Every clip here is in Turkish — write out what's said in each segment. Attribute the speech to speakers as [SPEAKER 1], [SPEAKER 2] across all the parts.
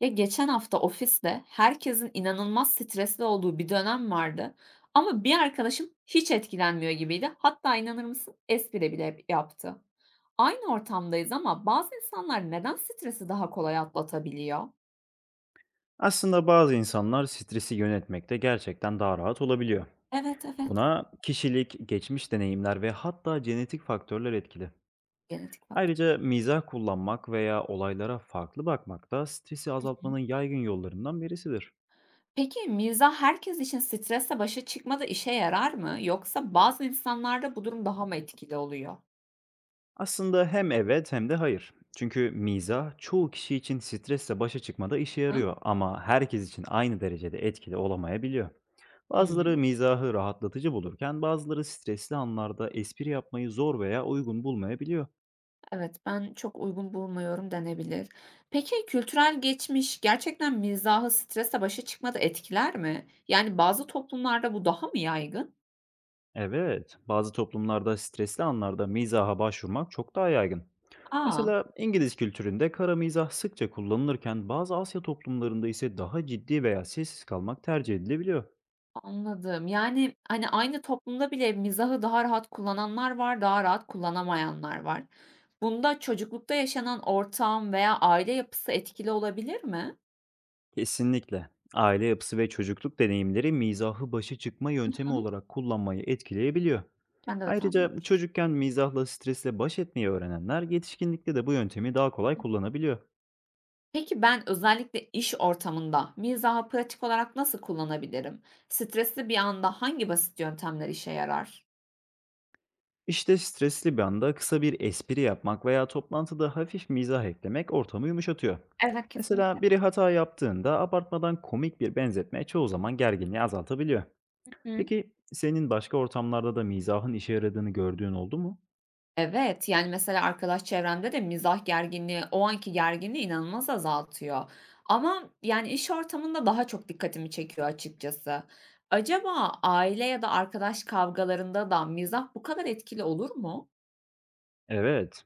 [SPEAKER 1] Ya geçen hafta ofiste herkesin inanılmaz stresli olduğu bir dönem vardı. Ama bir arkadaşım hiç etkilenmiyor gibiydi. Hatta inanır mısın espri bile yaptı. Aynı ortamdayız ama bazı insanlar neden stresi daha kolay atlatabiliyor?
[SPEAKER 2] Aslında bazı insanlar stresi yönetmekte gerçekten daha rahat olabiliyor.
[SPEAKER 1] Evet, evet.
[SPEAKER 2] Buna kişilik, geçmiş deneyimler ve hatta genetik faktörler etkili.
[SPEAKER 1] Genetik faktör.
[SPEAKER 2] Ayrıca mizah kullanmak veya olaylara farklı bakmak da stresi
[SPEAKER 1] Hı.
[SPEAKER 2] azaltmanın yaygın yollarından birisidir.
[SPEAKER 1] Peki mizah herkes için stresle başa çıkmada işe yarar mı? Yoksa bazı insanlarda bu durum daha mı etkili oluyor?
[SPEAKER 2] Aslında hem evet hem de hayır. Çünkü mizah çoğu kişi için stresle başa çıkmada işe
[SPEAKER 1] Ha?
[SPEAKER 2] yarıyor ama herkes için aynı derecede etkili olamayabiliyor. Bazıları
[SPEAKER 1] Hı.
[SPEAKER 2] mizahı rahatlatıcı bulurken bazıları stresli anlarda espri yapmayı zor veya uygun bulmayabiliyor.
[SPEAKER 1] Evet, ben çok uygun bulmuyorum denebilir. Peki kültürel geçmiş gerçekten mizahı stresle başa çıkmada etkiler mi? Yani bazı toplumlarda bu daha mı yaygın?
[SPEAKER 2] Evet, bazı toplumlarda stresli anlarda mizaha başvurmak çok daha yaygın.
[SPEAKER 1] Aa,
[SPEAKER 2] Mesela İngiliz kültüründe kara mizah sıkça kullanılırken bazı Asya toplumlarında ise daha ciddi veya sessiz kalmak tercih edilebiliyor.
[SPEAKER 1] anladım. Yani, hani, aynı toplumda bile mizahı daha rahat kullananlar var, daha rahat kullanamayanlar var. Bunda çocuklukta yaşanan ortam veya aile yapısı etkili olabilir mi?
[SPEAKER 2] Kesinlikle. Aile yapısı ve çocukluk deneyimleri mizahı başa çıkma yöntemi
[SPEAKER 1] Hı.
[SPEAKER 2] olarak kullanmayı etkileyebiliyor.
[SPEAKER 1] Ben de öyle tahmin
[SPEAKER 2] Ayrıca
[SPEAKER 1] etmiştim.
[SPEAKER 2] çocukken mizahla stresle baş etmeyi öğrenenler yetişkinlikte de bu yöntemi daha kolay kullanabiliyor.
[SPEAKER 1] Peki ben özellikle iş ortamında mizahı pratik olarak nasıl kullanabilirim? Stresli bir anda hangi basit yöntemler işe yarar?
[SPEAKER 2] İşte stresli bir anda kısa bir espri yapmak veya toplantıda hafif mizah eklemek ortamı yumuşatıyor.
[SPEAKER 1] Evet, kesinlikle.
[SPEAKER 2] Mesela biri hata yaptığında abartmadan komik bir benzetme çoğu zaman gerginliği azaltabiliyor.
[SPEAKER 1] Hı.
[SPEAKER 2] Peki senin başka ortamlarda da mizahın işe yaradığını gördüğün oldu mu?
[SPEAKER 1] Evet, yani mesela arkadaş çevremde de mizah gerginliği, o anki gerginliği inanılmaz azaltıyor. Ama yani iş ortamında daha çok dikkatimi çekiyor açıkçası. Acaba aile ya da arkadaş kavgalarında da mizah bu kadar etkili olur mu?
[SPEAKER 2] Evet,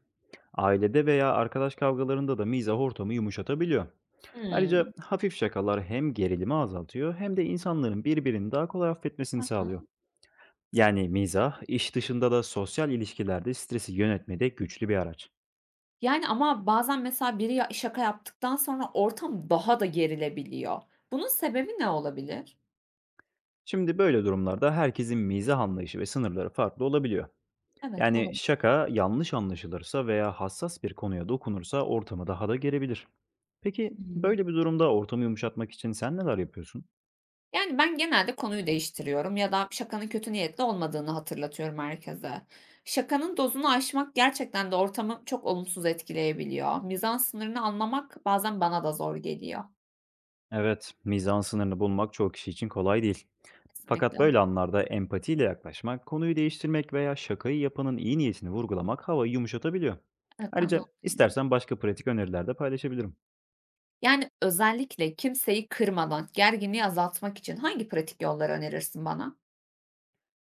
[SPEAKER 2] ailede veya arkadaş kavgalarında da mizah ortamı yumuşatabiliyor.
[SPEAKER 1] Hmm.
[SPEAKER 2] Ayrıca hafif şakalar hem gerilimi azaltıyor hem de insanların birbirini daha kolay affetmesini sağlıyor. Yani mizah iş dışında da sosyal ilişkilerde stresi yönetmede güçlü bir araç.
[SPEAKER 1] Yani, ama bazen mesela biri ya şaka yaptıktan sonra ortam daha da gerilebiliyor. Bunun sebebi ne olabilir?
[SPEAKER 2] Şimdi böyle durumlarda herkesin mizah anlayışı ve sınırları farklı olabiliyor.
[SPEAKER 1] Evet,
[SPEAKER 2] Yani
[SPEAKER 1] olabilir.
[SPEAKER 2] şaka yanlış anlaşılırsa veya hassas bir konuya dokunursa ortamı daha da gerebilir. Peki
[SPEAKER 1] Hımm.
[SPEAKER 2] böyle bir durumda ortamı yumuşatmak için sen neler yapıyorsun?
[SPEAKER 1] Yani, ben genelde konuyu değiştiriyorum ya da şakanın kötü niyetli olmadığını hatırlatıyorum herkese. Şakanın dozunu aşmak gerçekten de ortamı çok olumsuz etkileyebiliyor. Mizah sınırını anlamak bazen bana da zor geliyor.
[SPEAKER 2] Evet, mizan sınırını bulmak çoğu kişi için kolay değil.
[SPEAKER 1] Kesinlikle.
[SPEAKER 2] Fakat böyle anlarda empatiyle yaklaşmak, konuyu değiştirmek veya şakayı yapanın iyi niyetini vurgulamak havayı yumuşatabiliyor.
[SPEAKER 1] Evet, ben de onu
[SPEAKER 2] Ayrıca
[SPEAKER 1] düşünüyorum.
[SPEAKER 2] istersen başka pratik öneriler de paylaşabilirim.
[SPEAKER 1] Yani, özellikle kimseyi kırmadan gerginliği azaltmak için hangi pratik yolları önerirsin bana?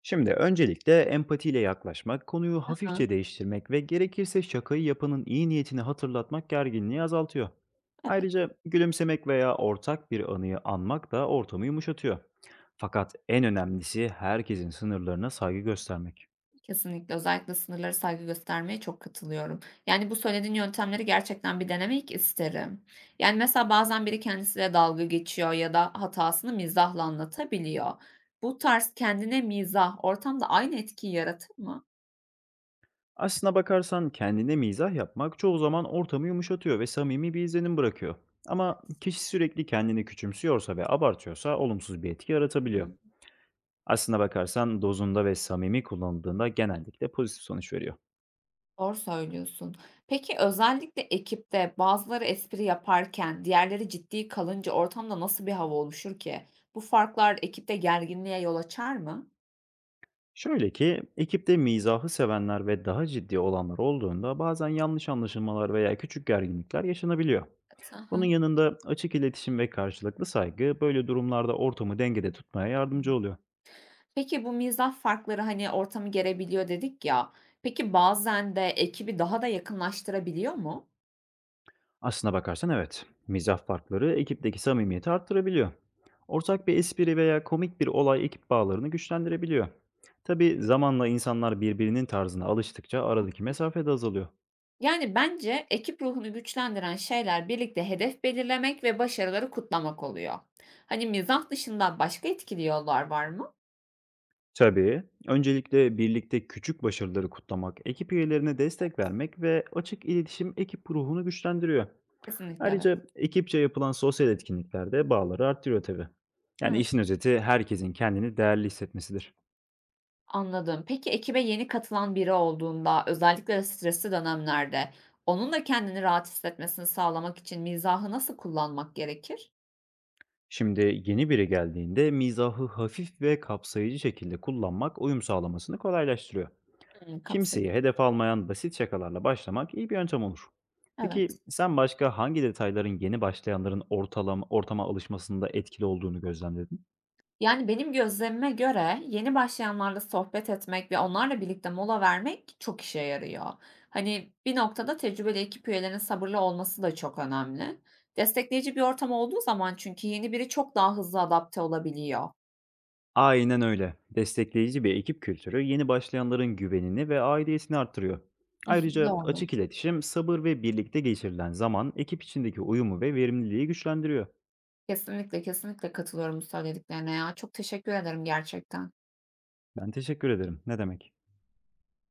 [SPEAKER 2] Şimdi öncelikle empatiyle yaklaşmak, konuyu
[SPEAKER 1] Aha,
[SPEAKER 2] hafifçe değiştirmek ve gerekirse şakayı yapanın iyi niyetini hatırlatmak gerginliği azaltıyor.
[SPEAKER 1] evet.
[SPEAKER 2] Ayrıca gülümsemek veya ortak bir anıyı anmak da ortamı yumuşatıyor. Fakat en önemlisi herkesin sınırlarına saygı göstermek.
[SPEAKER 1] Kesinlikle. Özellikle sınırlara saygı göstermeye çok katılıyorum. Yani bu söylediğin yöntemleri gerçekten bir denemek isterim. Yani mesela bazen biri kendisiyle dalga geçiyor ya da hatasını mizahla anlatabiliyor. Bu tarz kendine mizah ortamda aynı etkiyi yaratır mı?
[SPEAKER 2] Aslına bakarsan kendine mizah yapmak çoğu zaman ortamı yumuşatıyor ve samimi bir izlenim bırakıyor. Ama kişi sürekli kendini küçümsüyorsa ve abartıyorsa olumsuz bir etki yaratabiliyor.
[SPEAKER 1] Hı.
[SPEAKER 2] Aslına bakarsan dozunda ve samimi kullanıldığında genellikle pozitif sonuç veriyor.
[SPEAKER 1] Doğru söylüyorsun. Peki özellikle ekipte bazıları espri yaparken diğerleri ciddi kalınca ortamda nasıl bir hava oluşur ki? Bu farklar ekipte gerginliğe yol açar mı?
[SPEAKER 2] Şöyle ki ekipte mizahı sevenler ve daha ciddi olanlar olduğunda bazen yanlış anlaşılmalar veya küçük gerginlikler yaşanabiliyor. Bunun
[SPEAKER 1] Evet,
[SPEAKER 2] yanında açık iletişim ve karşılıklı saygı böyle durumlarda ortamı dengede tutmaya yardımcı oluyor.
[SPEAKER 1] peki bu mizah farkları, hani, ortamı gerebiliyor dedik ya, peki bazen de ekibi daha da yakınlaştırabiliyor mu?
[SPEAKER 2] Aslına bakarsan evet. Mizah farkları ekipteki samimiyeti arttırabiliyor. Ortak bir espri veya komik bir olay ekip bağlarını güçlendirebiliyor. Tabii zamanla insanlar birbirinin tarzına alıştıkça aradaki mesafe de azalıyor.
[SPEAKER 1] Yani bence ekip ruhunu güçlendiren şeyler birlikte hedef belirlemek ve başarıları kutlamak oluyor. Hani mizah dışında başka etkili yollar var mı?
[SPEAKER 2] Tabii, öncelikle birlikte küçük başarıları kutlamak, ekip üyelerine destek vermek ve açık iletişim ekip ruhunu güçlendiriyor.
[SPEAKER 1] Kesinlikle evet.
[SPEAKER 2] Ayrıca ekipçe yapılan sosyal etkinlikler de bağları arttırıyor tabii. Yani
[SPEAKER 1] Hıı,
[SPEAKER 2] işin özeti herkesin kendini değerli hissetmesidir.
[SPEAKER 1] anladım. Peki ekibe yeni katılan biri olduğunda, özellikle de stresli dönemlerde, onun da kendini rahat hissetmesini sağlamak için mizahı nasıl kullanmak gerekir?
[SPEAKER 2] Şimdi yeni biri geldiğinde mizahı hafif ve kapsayıcı şekilde kullanmak uyum sağlamasını kolaylaştırıyor.
[SPEAKER 1] Hımm,
[SPEAKER 2] Kimseyi
[SPEAKER 1] kapsayıcı.
[SPEAKER 2] hedef almayan basit şakalarla başlamak iyi bir yöntem olur. Peki
[SPEAKER 1] Evet.
[SPEAKER 2] sen başka hangi detayların yeni başlayanların ortama alışmasında etkili olduğunu gözlemledin?
[SPEAKER 1] Yani, benim gözlemime göre yeni başlayanlarla sohbet etmek ve onlarla birlikte mola vermek çok işe yarıyor. Hani, bir noktada tecrübeli ekip üyelerinin sabırlı olması da çok önemli. Destekleyici bir ortam olduğu zaman çünkü yeni biri çok daha hızlı adapte olabiliyor.
[SPEAKER 2] Aynen öyle. Destekleyici bir ekip kültürü yeni başlayanların güvenini ve aidiyetini arttırıyor.
[SPEAKER 1] Hı hı,
[SPEAKER 2] Ayrıca
[SPEAKER 1] doğru.
[SPEAKER 2] açık iletişim, sabır ve birlikte geçirilen zaman ekip içindeki uyumu ve verimliliği güçlendiriyor.
[SPEAKER 1] Kesinlikle, kesinlikle katılıyorum bu söylediklerine ya. Çok teşekkür ederim gerçekten.
[SPEAKER 2] Ben teşekkür ederim. Ne demek?